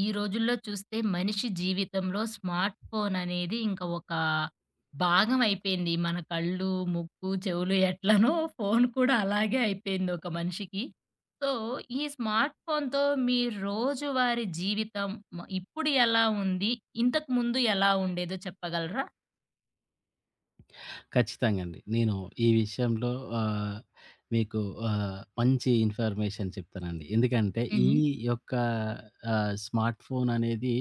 ఈ రోజుల్లో చూస్తే మనిషి జీవితంలో స్మార్ట్ ఫోన్ అనేది ఇంకా ఒక భాగం అయిపోయింది. మన కళ్ళు, ముక్కు, చెవులు ఎట్లనో ఫోన్ కూడా అలాగే అయిపోయింది ఒక మనిషికి. సో, ఈ స్మార్ట్ ఫోన్‌తో మీ రోజువారీ జీవితం ఇప్పుడు ఎలా ఉంది? ఇంతకు ముందు ఎలా ఉండేదో చెప్పగలరా? ఖచ్చితంగా అండి. నేను ఈ విషయంలో ఆహ్, మీకు మంచి ఇన్ఫర్మేషన్ చెప్తానండి. ఎందుకంటే ఈ హుహు. యొక్క స్మార్ట్ ఫోన్ అనేది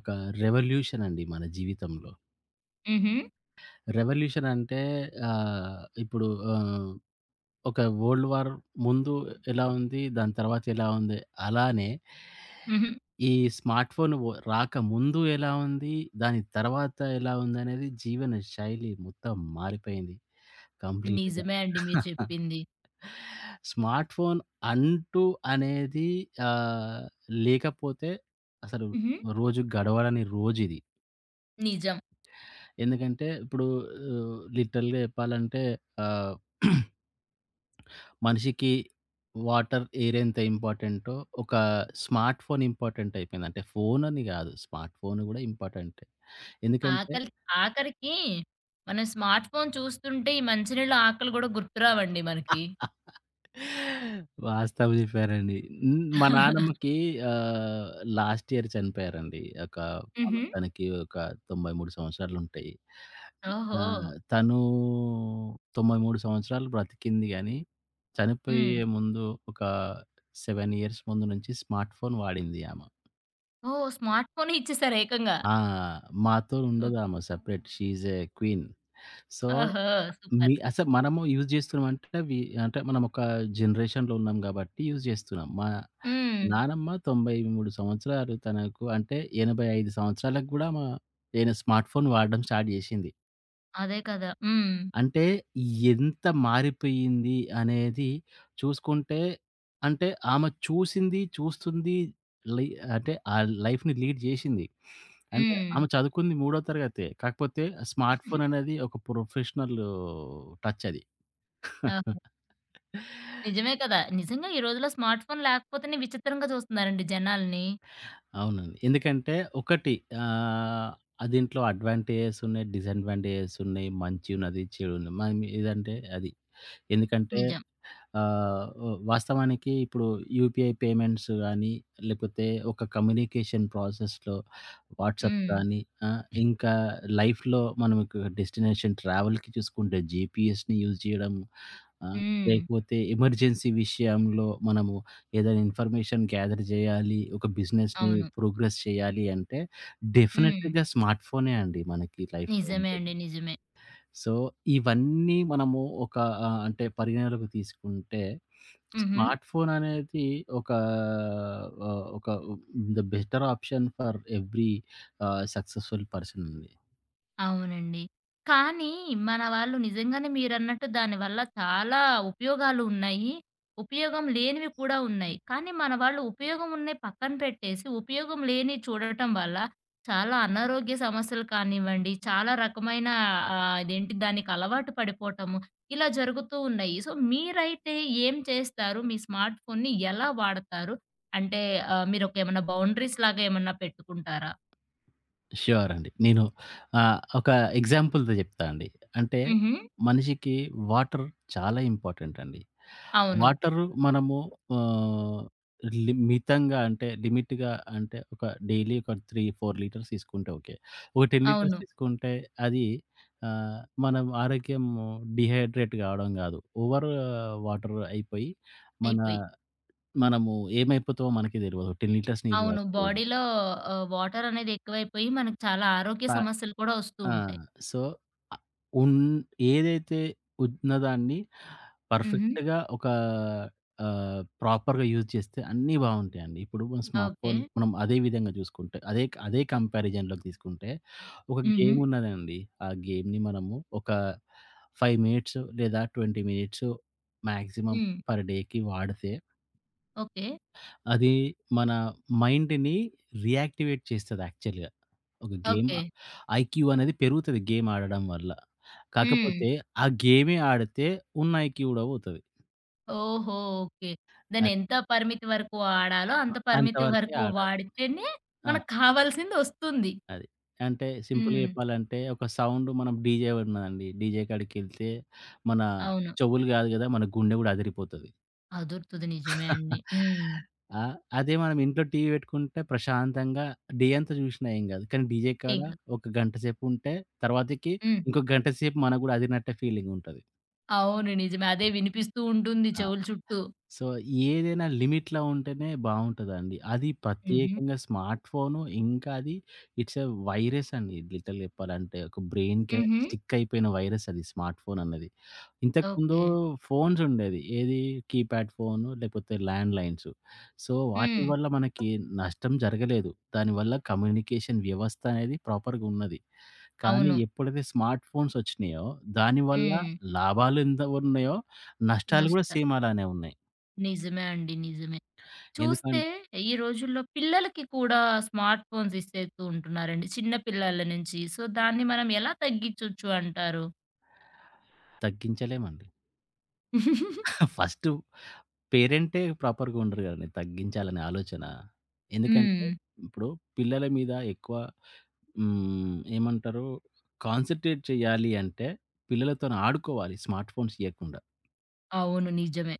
ఒక రెవల్యూషన్ అండి మన జీవితంలో. హుహు. రెవల్యూషన్ అంటే ఇప్పుడు ఆహ్, ఒక వరల్డ్ వార్ ముందు ఎలా ఉంది? దాని తర్వాత ఎలా ఉంది? అలానే హుహు. ఈ స్మార్ట్ ఫోన్ రాకముందు ఎలా ఉంది? దాని తర్వాత ఎలా ఉందనేది జీవన శైలి మొత్తం మారిపోయింది. కంప్లీట్‌గా. నిజమే అండి మీరు చెప్పింది. స్మార్ట్ ఫోన్ అంటూ అనేది ఆహ్, లేకపోతే అసలు హుహు. రోజు గడవడని రోజిది. నిజం. ఎందుకంటే ఇప్పుడు లిటరల్‌గా చెప్పాలంటే ఆహ్, మనిషికి వాటర్, ఎయిర్ ఎంత ఇంపార్టెంటో ఒక స్మార్ట్ ఫోన్ ఇంపార్టెంట్ అయిపోయింది. అంటే ఫోన్ అని కాదు స్మార్ట్ ఫోన్ కూడా ఇంపార్టెంటే. ఎందుకంటే ఆకలి ఆఖరికి మనం స్మార్ట్ ఫోన్ చూస్తుంటే ఈ మంచినీళ్ళ ఆకలి గూడా గుర్తురావండి మనకి. వాస్తవం జెప్పారండి. హ్మ్. మా నానమ్మకి ఆహ్, లాస్ట్ ఇయర్ చనిపోయారండి. ఒక ఆమె హుహు. తనకి ఒక 93 సంవత్సరాలుంటాయి. ఆ! ఓహో! తను 93 సంవత్సరాలు బ్రతికింది గానీ, హ్మ్. చనిపోయే ముందు ఒక 7 ఇయర్స్ ముందు నుంచి స్మార్ట్ ఫోన్ వాడింది ఆమ. ఓహ్! స్మార్ట్ ఫోనే ఇచ్చేసారు ఏకంగా. ఆ! మాతో ఓహ్! ఉండదామ separate. She is a queen. So ఓహో! సూపర్. మీ అసలు మనము యూజ్ చేస్తున్నాం అంటే అవి అంటే మనం ఒక జనరేషన్‌లో ఉన్నాం గాబట్టి యూజ్ చేస్తున్నాం. మా హ్మ్. నానమ్మ 93 సంవత్సరాలు తనకు అంటే 85 సంవత్సరాలకు గూడా నేను స్మార్ట్ ఫోన్ వాడడం స్టార్ట్ చేశింది. అదే కదా! హ్మ్. అంటే ఎంత మారిపోయింది అనేది చూసుకుంటే అంటే ఆమె చూసింది, చూస్తుంది లై అంటే ఆ లైఫ్‌ని లీడ్ చేశింది. అంటే హ్మ్. ఆమె చదువుకుంది మూడో తరగతే. కాకపోతే స్మార్ట్ ఫోన్ అనేది ఒక ప్రొఫెషనల్ టచ్ అది. ఓహో! నిజమే కదా! నిజంగా ఈ రోజుల్లో స్మార్ట్ ఫోన్ లేకపోతేనే విచిత్రంగా చూస్తున్నారండి జనాల్ని. అవునండి. ఎందుకంటే ఒకటి ఆహ్, ఆ దీంట్లో అడ్వాంటేజెస్ ఉన్నాయి, డిసడ్వాంటేజెస్ ఉన్నాయి. మంచి ఉన్నది, చెడు ఉన్నది. మనం ఏదంటే అది. ఎందుకంటే నిజం. వాస్తవానికి ఇప్పుడు యూపీఐ పేమెంట్స్ గానీ, లేకపోతే ఒక కమ్యూనికేషన్ ప్రాసెస్‌లో వాట్సాప్ హ్మ్. కానీ, ఆ! ఇంకా లైఫ్‌లో మనం ఒక డెస్టినేషన్ ట్రావెల్‌కి చూసుకుంటే జీపీఎస్‌ని యూజ్ చేయడం. ఆహ్, హ్మ్. లేకపోతే ఎమర్జెన్సీ విషయంలో మనము ఏదైనా ఇన్ఫర్మేషన్ గ్యాదర్ చేయాలి, ఒక బిజినెస్‌ని అవును. ప్రోగ్రెస్ చేయాలి అంటే హ్మ్. డెఫినిట్‌గా స్మార్ట్ ఫోనే అండి మనకి లైఫ్‌లో నిజమే అండి. ఉండేది. నిజమే. సో, ఇవన్నీ మనము ఒక అంటే పరిగణలోకి తీసుకుంటే, హుహు. స్మార్ట్ ఫోన్ అనేది ఒక ఒక the better option for every successful person అండి. అవునండి. కానీ మన వాళ్ళు నిజంగానే మీరన్నట్టు దానివల్ల చాలా ఉపయోగాలు ఉన్నాయి. ఉపయోగం లేనివి కూడా ఉన్నాయి. కానీ మన వాళ్ళు ఉపయోగం ఉన్నయి పక్కన పెట్టేసి, ఉపయోగం లేనివి చూడటం వల్ల చాలా అనారోగ్య సమస్యలు కానివ్వండి, చాలా రకమైన అదేంటి దానికి అలవాటు పడిపోవటము, ఇలా జరుగుతూ ఉన్నాయి. సో, మీరైతే ఏం చేస్తారు? మీ స్మార్ట్ ఫోన్‌ని ఎలా వాడతారు? అంటే మీరొక ఏమన్నా బౌండరీస్ లాగా ఏమన్నా పెట్టుకుంటారా? ష్యూర్ అండి. నేను ఒక ఎగ్జాంపుల్‌తో చెప్తా అండి. అంటే హుహు. మనిషికి వాటర్ చాలా ఇంపార్టెంట్ అండి. అవును. వాటరు మనము ఆహ్, మితంగా అంటే లిమిట్‌గా అంటే ఒక డైలీ ఒక 3, 4 లీటర్స్ తీసుకుంటే ఓకే. ఒక 10 లీటర్స్ అవును. తీసుకుంటే అది ఆహ్, మనం ఆరోగ్యం డీహైడ్రేట్ కావడం కాదు. ఓవర్ వాటర్ అయిపోయి మన అయిపోయి మనము ఏమైపోతామో మనకే తెలవదు. 10 లీటర్స్ నీళ్ళు అవును. తాగితే. బాడీలో వాటర్ అనేది ఎక్కువైపోయి మనకు చాలా ఆరోగ్య ప సమస్యలు కూడా వస్తూ ఆ! ఉంటాయి. సో, ఆహ్, ఉన్ ఏదైతే ఉన్నదాన్ని హుహు. పర్ఫెక్ట్‌గా ఒక ప్రాపర్‌గా యూజ్ చేస్తే అన్నీ బావుంటాయండి. ఇప్పుడు మన స్మార్ట్ ఓకే. ఫోన్ మనం అదే విధంగా చూసుకుంటే, అదే అదే కంపారిజన్‌లోకి తీసుకుంటే, ఒక హుహు. గేమ్ ఉన్నదండి. ఆ గేమ్‌ని మనము ఒక 5 మినిట్స్ లేదా 20 మినిట్స్ మాక్సిమం హ్మ్. పర్ డేకి వాడితే, ఓకే. అది మన మైండ్‌ని రీయాక్టివేట్ చేస్తది యాక్చువల్‌గా. ఒక గేమ్ ఓకే. ఐక్యూ అనేది పెరుగుతది గేమ్ ఆడడం వల్ల. హ్మ్. కాకపోతే ఆ గేమే ఆడితే ఉన్న ఐక్యూ గూడా పోతది. ఓహో! ఓకే. దాన్ని అది. ఎంత పరిమితి వరకు వాడాలో అంత పరిమితి అంతవరకే వరకు ఆడాలి. వాడితేనే ఆ! మనకు కావాల్సింది వస్తుంది. అది. అంటే సింపుల్‌గా హ్మ్. చెప్పాలంటే ఒక సౌండ్ మనం డీజే ఉన్నదండి. డీజే కాడికెళ్తే మన అవును. చెవులు గాదు గదా! మన గుండె గూడా అదిరిపోతది. అదురుతది. నిజమే అండి. హ్మ్. ఆ! అదే మనం ఇంట్లో టీవీ పెట్టుకుంటే ప్రశాంతంగా డే అంతా చూసినా ఏం గాదు. కానీ డీజే కాడ ఇంక ఒక గంట సేపు ఉంటే తర్వాతకి హ్మ్. ఇంకో గంట సేపు మనకు గూడా అదిరినట్టే ఫీలింగుంటది. అవును. నిజమే. అదే వినిపిస్తూ ఉంటుంది ఆ! చెవుల చుట్టూ. సో, ఏదైనా లిమిట్‌లో ఉంటేనే బావుంటదండి. అది హుహు. ప్రత్యేకంగా స్మార్ట్ ఫోను, ఇంకా అది ఇట్స్ ఎ వైరస్ అండి లిటరల్లీ చెప్పాలంటే. ఒక బ్రెయిన్‌కి హుహు. స్టిక్ అయిపోయిన వైరస్ అది స్మార్ట్ ఫోన్ అన్నది. ఇంతకుముందు ఓకే. ఫోన్స్ ఉండేది. ఏది కీప్యాడ్ ఫోను, లేకపోతే ల్యాండ్‌లైన్స్. సో, వాటి హ్మ్. వల్ల మనకి నష్టం జరగలేదు. దానివల్ల కమ్యూనికేషన్ వ్యవస్థ అనేది ప్రాపర్‌గా ఉన్నది. కానీ అవును. ఎప్పుడైతే స్మార్ట్ ఫోన్స్ వచ్చినాయో, దానివల్ల హ్మ్. లాభాలు ఎంత ఉన్నాయో, నష్టాలు కూడా నష్ట సేమ్ అలానే ఉన్నాయి. నిజమే అండి. నిజమే. చూస్తే ఎందుకన్ ఈ రోజుల్లో పిల్లలకి కూడా స్మార్ట్ ఫోన్స్ ఇచ్చేస్తూ ఉంటున్నారండి. చిన్న పిల్లల నుంచి. సో, దాన్ని మనం ఎలా తగ్గించొచ్చు అంటారు? తగ్గించలేమండి. ఫస్టు పేరెంటే ప్రాపర్‌గా ఉండరు గదండీ తగ్గించాలనే ఆలోచన. ఎందుకంటే, హ్మ్. ఇప్పుడు పిల్లల మీద ఎక్కువ ఏమంటారు కాన్సంట్రేట్ చేయాలి అంటే, పిల్లలతోని ఆడుకోవాలి స్మార్ట్ ఫోన్స్ ఇయ్యకుండా. అవును. నిజమే.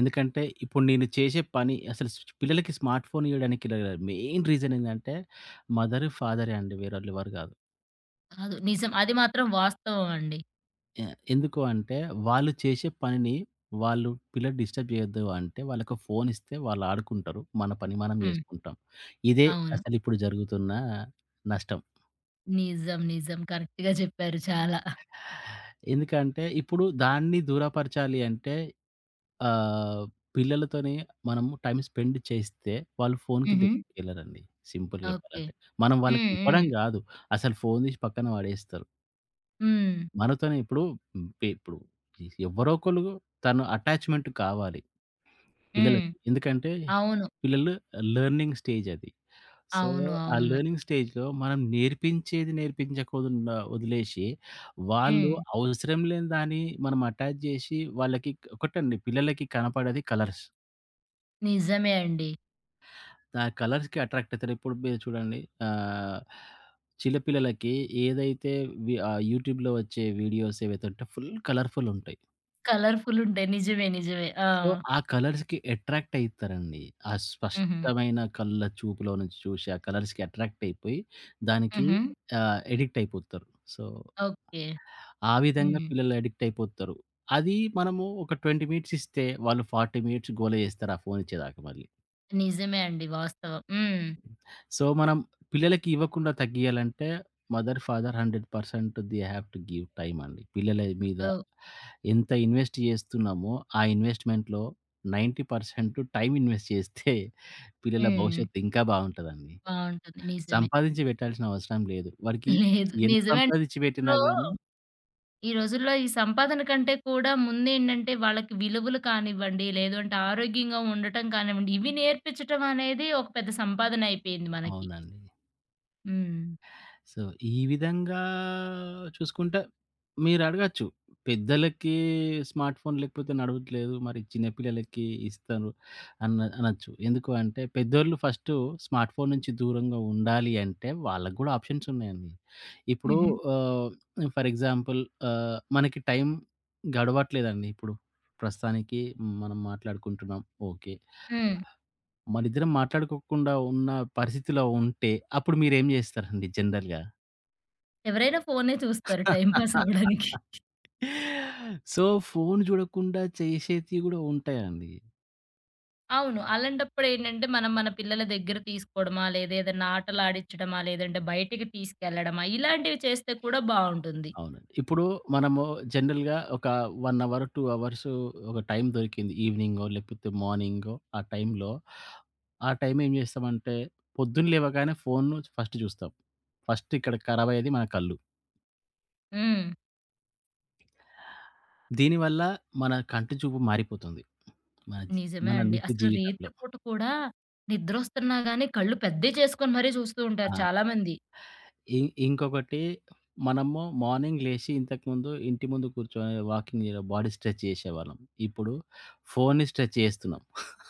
ఎందుకంటే, ఇప్పుడు నేను చేసే పని అసలు పిల్లలకి స్మార్ట్ ఫోన్ ఇయ్యడానికి మెయిన్ రీజన్ ఏందంటే, మదర్, ఫాదరే అండి. వేరోళ్ళెవరు గాదు. కాదు. నిజం. అది మాత్రం వాస్తవం అండి. యాహ్! ఎందుకు అంటే, వాళ్ళు చేసే పనిని వాళ్ళు పిల్లలు డిస్టర్బ్ చేయొద్దు అంటే, వాళ్ళకి ఫోన్ ఇస్తే వాళ్ళు ఆడుకుంటారు. మన పని మనం హ్మ్. చేసుకుంటాం. ఇదే అవును. అసలిప్పుడు జరుగుతున్న నష్టం. నిజం. నిజం. కరెక్ట్‌గా చెప్పారు చాలా. ఎందుకంటే, ఇప్పుడు దాన్ని దూరపరచాలి అంటే ఆహ్, పిల్లలతోని మనము టైమ్ స్పెండ్ చేస్తే వాళ్ళు ఫోన్‌కి హుహు. దగ్గరికెళ్లరండి. సింపుల్‌గా ఓకే. చెప్పాలంటే. మనం వాళ్ళకి హ్మ్. హ్మ్. ఇవ్వడం కాదు. అసలు ఫోన్ తీసి పక్కన పడేస్తారు. హ్మ్. మనతోనే ఇప్పుడు, హ్మ్, పే ఇప్పుడు ఎవరో ఒకళ్ళు తను అటాచ్‌మెంట్ కావాలి. హ్మ్. పిల్లలకి. ఎందుకంటే అవును. పిల్లలు లెర్నింగ్ స్టేజ్ అది. సో, అవును. ఆ అవును. లెర్నింగ్ స్టేజ్‌లో మనం నేర్పించేది నేర్పించకుండా వదిలేసి, వాళ్ళు హ్మ్. అవసరం లేని దాన్ని మనం అటాచ్ చేసి వాళ్ళకి ఒకటండి పిల్లలకి కనపడేది కలర్స్. నిజమే అండి. ఆ కలర్స్‌కి అట్రాక్ట్ అవుతారు. ఇప్పుడు మీరు చూడండి ఆహ్, చిన్న పిల్లలకి ఏదైతే యూట్యూబ్‌లో వచ్చే వీడియోస్ ఏవైతే ఉంటాయో ఫుల్ కలర్‌ఫుల్ ఉంటాయి. కలర్‌ఫుల్ ఉంటాయి. నిజమే. నిజమే. ఆ! సో, ఆ కలర్స్‌కి అట్రాక్ట్ అయితారండి. ఆ హుహు. స్పష్టమైన కళ్ళ చూపులో నుంచి చూసి, ఆ కలర్స్‌కి అట్రాక్ట్ అయిపోయి, దానికి హుహు. అడిక్ట్ అయిపోతారు. So, okay. ఆ విధంగా హ్మ్. పిల్లలు అడిక్ట్ అయిపోతారు. అది మనము ఒక 20 మినిట్స్ ఇస్తే, వాళ్ళు 40 మినిట్స్ గోల చేస్తారు. ఆ ఫోన్ ఇచ్చేదాకా మళ్ళీ. నిజమే అండి వాస్తవం. హ్మ్. సో, మనం పిల్లలకి ఇవ్వకుండా తగ్గియాలంటే, mother, father 100% they have to give time అండి. పిల్లల మీద ఓహ్! ఎంత ఇన్వెస్ట్ చేస్తున్నామో, ఆ ఇన్వెస్ట్‌మెంట్‌లో 90% టైమ్ ఇన్వెస్ట్ చేస్తే పిల్లల హ్మ్. భవిష్యత్తు ఇంకా బావుంటదండి. బావుంటుంది. నిజమే. సంపాదించి పెట్టాల్సిన అవసరం లేదు. వాడికి లేదు. ఎంత నిజమే అండి. సంపాదించి ఈ పెట్టినా రోజుల్లో గాని ఈ సంపాదన కంటే కూడా ముందేంటంటే వాళ్ళకి విలువలు కానివ్వండి, లేదు అంటే ఆరోగ్యంగా ఉండటం కానివ్వండి, ఇవి నేర్పించటం అనేది ఒక పెద్ద సంపాదన అయిపోయింది మనకి. అవునండి. హ్మ్. సో, ఈ విధంగా చూసుకుంటే మీరడగచ్చు. పెద్దలకి స్మార్ట్ ఫోన్ లేకపోతే నడవట్లేదు. మరి చిన్న పిల్లలకి ఇస్తారు అనొచ్చు. ఎందుకు అంటే పెద్దోళ్ళు ఫస్టు స్మార్ట్ ఫోన్ నుంచి దూరంగా ఉండాలి అంటే వాళ్ళకి గూడా ఆప్షన్స్ ఉన్నాయండి. ఇప్పుడు హుహు. ఆహ్, ఫర్ ఎగ్జాంపుల్ మనకి టైం గడవట్లేదండి ఇప్పుడు. ప్రస్తుతానికి మనం మాట్లాడుకుంటున్నాం. ఓకే. హ్మ్. మనిద్దరం మాట్లాడుకోకుండా ఉన్న పరిస్థితిలో ఉంటే అప్పుడు మీరేం జేస్తారండి జనరల్‌గా? ఎవరైనా ఫోనే చూస్తారు టైమ్ పాస్ అవ్వడానికి. సో, ఫోను జూడకుండా చేసేటియి గూడా ఉంటాయండి. అవును. అలాంటప్పుడేంటంటే, మనం మన పిల్లల దగ్గర తీసుకోవడమా, లేదా ఏదైనా ఆటలాడించడమా, లేదంటే బయటికి తీసుకెళ్ళడమా, ఇలాంటివి చేస్తే కూడా బావుంటుంది. అవునండి. ఇప్పుడు మనము జనరల్‌గా ఒక 1 అవర్, 2 అవర్స్ ఒక టైం దొరికింది. ఈవినింగో, లేకపోతే మార్నింగో ఆ టైంలో, ఆ టైం ఏం జేస్తామంటే, పొద్దున్న లేవగానే ఫోను ఫస్ట్ జూస్తాం. ఫస్ట్ ఇక్కడ ఖరాబయ్యేది మన కళ్ళు. హ్మ్. దీనివల్ల మన కంటి చూపు మారిపోతుంది. మన జీ నిజమే మన అండి. నిత్య అసలు రేత్రి జీవితంలో. పూట కూడా నిద్రొస్తున్నా గానీ, కళ్ళు పెద్దయి చేసుకొని మరీ చూస్తూ ఉంటారు ఆ! చాలామంది. ఇ ఇంకొకటి మనము మార్నింగ్ లేసి ఇంతకుముందు ఇంటి ముందు కూర్చొని వాకింగ్ జేయడం, బాడీ స్ట్రెచ్ చేసేవాళ్ళం. ఇప్పుడు ఫోన్‌ని స్ట్రెచ్ చేస్తున్నాం.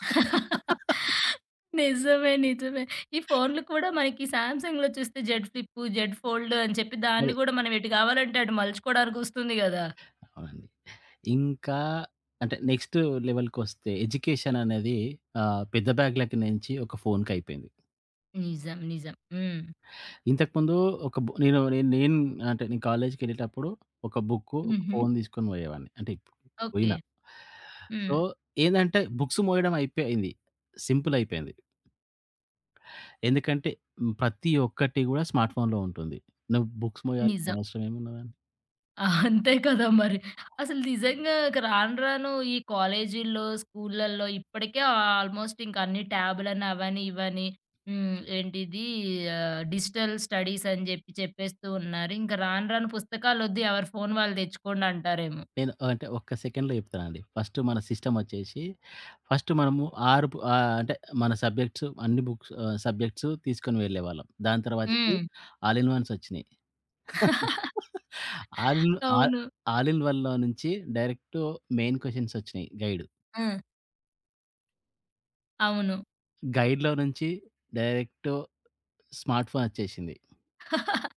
నిజమే. నిజమే. ఈ ఫోన్‌లు కూడా మనకి సామ్‌సంగ్‌లో చూస్తే జెడ్ ఫ్లిప్, జెడ్ ఫోల్డ్ అని చెప్పి దాన్ని అదే. గూడా మనం ఎటు గావాలంటే అటు మలుచుకోవడానికొస్తుంది గదా! అవునండి. ఇంకా అంటే నెక్స్ట్ లెవెల్‌కొస్తే ఎడ్యుకేషన్ అనేది పెద్ద బ్యాగ్‌లకి నుంచి ఒక ఫోన్‌కయిపోయింది. నిజం. నిజం. హ్మ్. ఇంతకుముందు ఒక బు నేను నేను నేను అంటే నేను కాలేజ్‌కెళ్ళేటప్పుడు ఒక బుక్కు, ఒక హుహు. ఫోన్ తీసుకొని పోయేవాడిని. అంటే ఇప్పుడు ఓకే. పోయినా. సో, హ్మ్. ఏందంటే బుక్స్ మోయడం అయిపోయింది. సింపుల్ అయిపోయింది. ఎందుకంటే ప్రతి ఒక్కటి గూడా స్మార్ట్ ఫోన్‌లో ఉంటుంది. నువ్వు బుక్స్ మోయాల్సిన నిజం. అవసరం ఏమున్నదండి? ఆ, అంతే కదా మరి. అసలు నిజంగా ఇక రాను రాను ఈ కాలేజీల్లో, స్కూళ్ళల్లో ఇప్పటికే ఆల్మోస్ట్ ఇంక అన్ని ట్యాబులని అవని, ఇవని హ్మ్. ఏంటిది డిజిటల్ స్టడీస్ అని జెప్పి చెప్పేస్తూ ఉన్నారు. ఇంక రాను రాను పుస్తకాలొద్దు ఎవరి ఫోన్ వాళ్ళు తెచ్చుకోండి అంటారేమో. నేను ఆ, అంటే ఒక్క సెకండ్‌లో చెప్తానండి. ఫస్ట్ మన సిస్టమ్ వచ్చేసి ఫస్ట్ మనము అంటే మన సబ్జెక్ట్స్ అన్ని సబ్జెక్ట్స్ తీసుకొని వెళ్ళేవాళ్ళం. దాని తర్వాతకి హ్మ్. ఆల్ ఇన్ వన్స్ వచ్చినాయి. ఆల్ ఇన్ ఆల్ అవును. ఆల్ ఇన్ వన్‌లో నుంచి డైరెక్ట్ మెయిన్ క్వెషన్స్ వచ్చినాయి గైడ్. ఆ! అవును. గైడ్‌లో నుంచి డైరెక్ట్ స్మార్ట్ ఫోన్ వచ్చేసింది.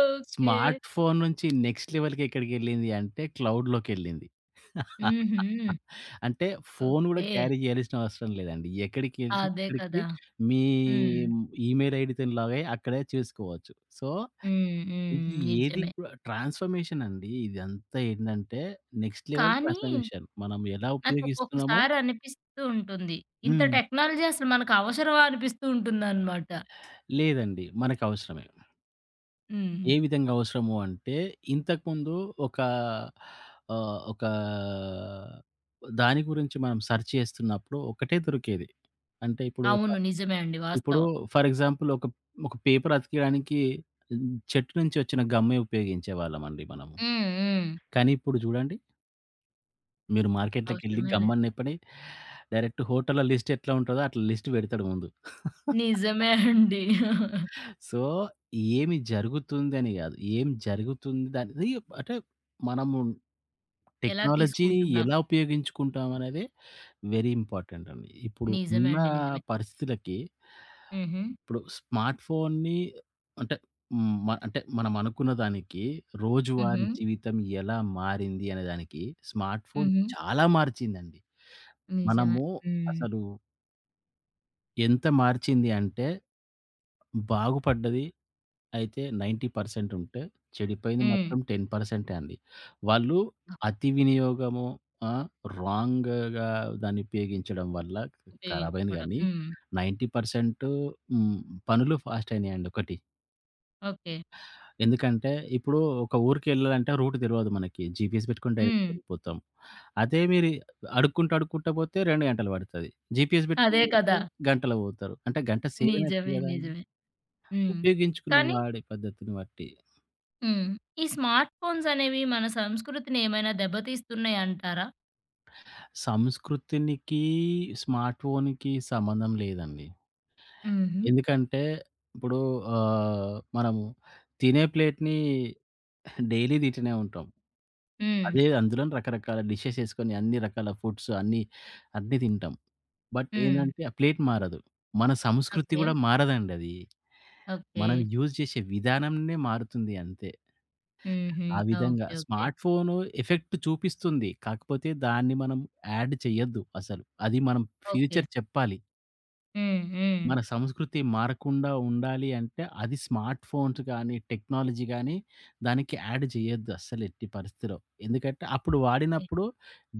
ఓకే. స్మార్ట్ ఫోన్ నుంచి నెక్స్ట్ లెవెల్‌కి ఎక్కడికెళ్ళింది అంటే క్లౌడ్‌లోకెళ్ళింది. హుహు. అంటే ఫోన్ గూడా ఓకే. క్యారీ చేయాల్సిన అవసరం లేదండి. ఎక్కడికెళ్తే అదే అక్కడికి కదా! మీ హ్మ్. ఈమెయిల్ ఐడీతోని లాగై అక్కడే చూసుకోవచ్చు. సో, హ్మ్. హ్మ్. ఇది ఏది నిజమే. కూడా ట్రాన్స్‌ఫర్మేషన్ అండి. ఇదంతా ఏంటంటే నెక్స్ట్ లెవెల్ కానీ ట్రాన్స్‌ఫర్మేషన్. మనం ఎలా ఉపయోగిస్తున్నామో నాకొక్కొక్కసారి అనిపిస్తూ ఉంటుంది. ఇంత హ్మ్. టెక్నాలజీ అసలు మనకు అవసరమా అనిపిస్తూ ఉంటుందనమాట. లేదండి. మనకు అవసరమే. హ్మ్. ఏ విధంగా అవసరము అంటే, ఇంతకుముందు ఒక ఒక దాని గురించి మనం సెర్చ్ చేస్తున్నప్పుడు ఒకటే దొరికేది. అంటే ఇప్పుడు ఒక అవును. నిజమే అండి. ఇప్పుడు వాస్తవం. ఫర్ ఎగ్జాంపుల్ ఒక ఒక పేపర్ అతికియడానికి చెట్టు నుంచి వచ్చిన గమ్మే ఉపయోగించేవాళ్ళమండి మనము. హ్మ్. హ్మ్. కానీ ఇప్పుడు చూడండి మీరు మార్కెట్‌లోకెళ్ళి అవసరమే గమ్ లేదు. అని చెప్పని డైరెక్ట్ హోటల్ల లిస్ట్ ఎట్లా ఉంటదో అట్లా లిస్ట్ పెడతాడు ముందు. నిజమే అండి. సో, ఏమి జరుగుతుందని కాదు. ఏం జరుగుతుంది అనేది అంటే మనము ఎలా టెక్నాలజీ తీసుకుంటున్నాం. ఎలా ఉపయోగించుకుంటాం అనేది వెరీ ఇంపార్టెంట్ అండి. ఇప్పుడు నిజమే ఉన్న అండి. నిజమే. పరిస్థితులకి, హుహు. ఇప్పుడు స్మార్ట్ ఫోన్‌ని అంటే హ్మ్, మ అంటే మనం అనుకున్న దానికి హుహు. రోజువారీ జీవితం ఎలా మారింది అనే దానికి స్మార్ట్ ఫోన్ హుహు. చాలా మార్చిందండి. నిజమే. మనము హ్మ్. అసలు ఎంత మార్చింది అంటే బాగుపడ్డది అయితే 90% ఉంటే, చెడిపోయింది హ్మ్. మాత్రం 10% అండి. వాళ్ళు అతి వినియోగము ఆహ్, రాంగ్‌గా దాన్ని ఉపయోగించడం వల్ల ఖరాబయింది ఉపయోగించుకోవడం. గానీ, హ్మ్. 90% హ్మ్. పనులు ఫాస్ట్ అయినాయండి ఒకటి. ఓకే. ఎందుకంటే, ఇప్పుడు ఒక ఊరికెళ్ళాలంటే రూట్ తెలవదు మనకి. జీపీఎస్ పెట్టుకొని డైరెక్ట్‌గా హ్మ్. వెళ్ళిపోతాం. అదే మీరు అడుక్కుంటా పోతే 2 గంటలు పడతది. జీపీఎస్ పెట్టుకొని అదే పెడితే కదా! గంటలో పోతారు. అంటే గంట సేవ్ అయినట్టే నిజమే. గదండీ! నిజమే. హ్మ్. ఉపయోగించుకున్న కానీ వాడి పద్ధతిని బట్టి. హ్మ్. ఈ స్మార్ట్ ఫోన్స్ అనేవి మన సంస్కృతిని ఏమైనా దెబ్బతీస్తున్నాయంటారా? సంస్కృతినికి, స్మార్ట్ ఫోన్‌కి సంబంధం లేదండి. హుహు. ఎందుకంటే ఇప్పుడు మనము తినే ప్లేట్‌ని డైలీ తింటూనే ఉంటాం. హ్మ్. అదే అందులోని రకరకాల డిషెస్ ఏసుకొని అన్ని రకాల ఫుడ్స్ అన్నీ, అన్నీ తింటాం. బట్ హ్మ్. ఏందంటే ఆ ప్లేట్ మారదు. మన సంస్కృతి ఓకే. గూడా మారదండి అది. ఓకే. మనం యూజ్ చేసే విధానంనే మారుతుంది అంతే. హుహు. ఆ విధంగా okay. Okay. Smart phone effect చూపిస్తుంది. కాకపోతే దాన్ని మనం యాడ్ చేయొద్దు అసలు. అది మనం ఓకే. ఫ్యూచర్ చెప్పాలి. హ్మ్. హ్మ్. మన సంస్కృతి మారకుండా ఉండాలి అంటే అది స్మార్ట్ ఫోన్స్ కానీ, టెక్నాలజీ గానీ దానికి యాడ్ చేయొద్దు అస్సలు ఎట్టి పరిస్థితిలో. ఎందుకంటే అప్పుడు వాడినప్పుడు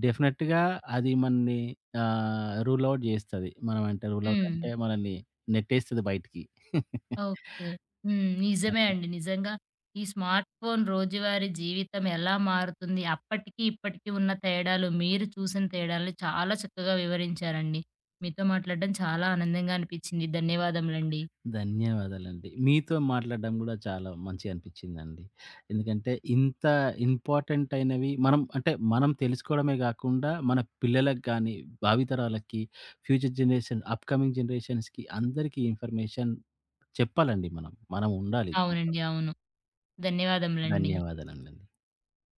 డెఫినెట్‌గా అది మనని రూల్ ఔట్ చేస్తది. మనం అంటే రూల్ ఔట్ హ్మ్. అంటే మనల్ని నెట్టేస్తది బయటికి. ఓకే. హ్మ్. నిజమే అండి. నిజంగా ఈ స్మార్ట్ ఫోన్ రోజువారీ జీవితం ఎలా మారుతుంది? అప్పటికి, ఇప్పటికి ఉన్న తేడాలు, మీరు చూసిన తేడాలు చాలా చక్కగా వివరించారండి. మీతో మాట్లాడడం చాలా ఆనందంగా అనిపించింది. ధన్యవాదములండి. ధన్యవాదాలండి. మీతో మాట్లాడడం గూడా చాలా మంచిగా అనిపిచ్చిందండి. ఎందుకంటే ఇంత ఇంపార్టెంట్ అయినవి మనం అంటే మనం తెలుసుకోవడమే గాకుండా, మన పిల్లలకు గానీ, భావితరాలకి, ఫ్యూచర్ జనరేషన్, అప్‌కమింగ్ జనరేషన్స్‌కి అందరికీ ఇన్ఫర్మేషన్ చెప్పాలండి మనం. మనం ఉండాలి. అవునండి. అవును. ధన్యవాదములండి. ధన్యవాదాలండి.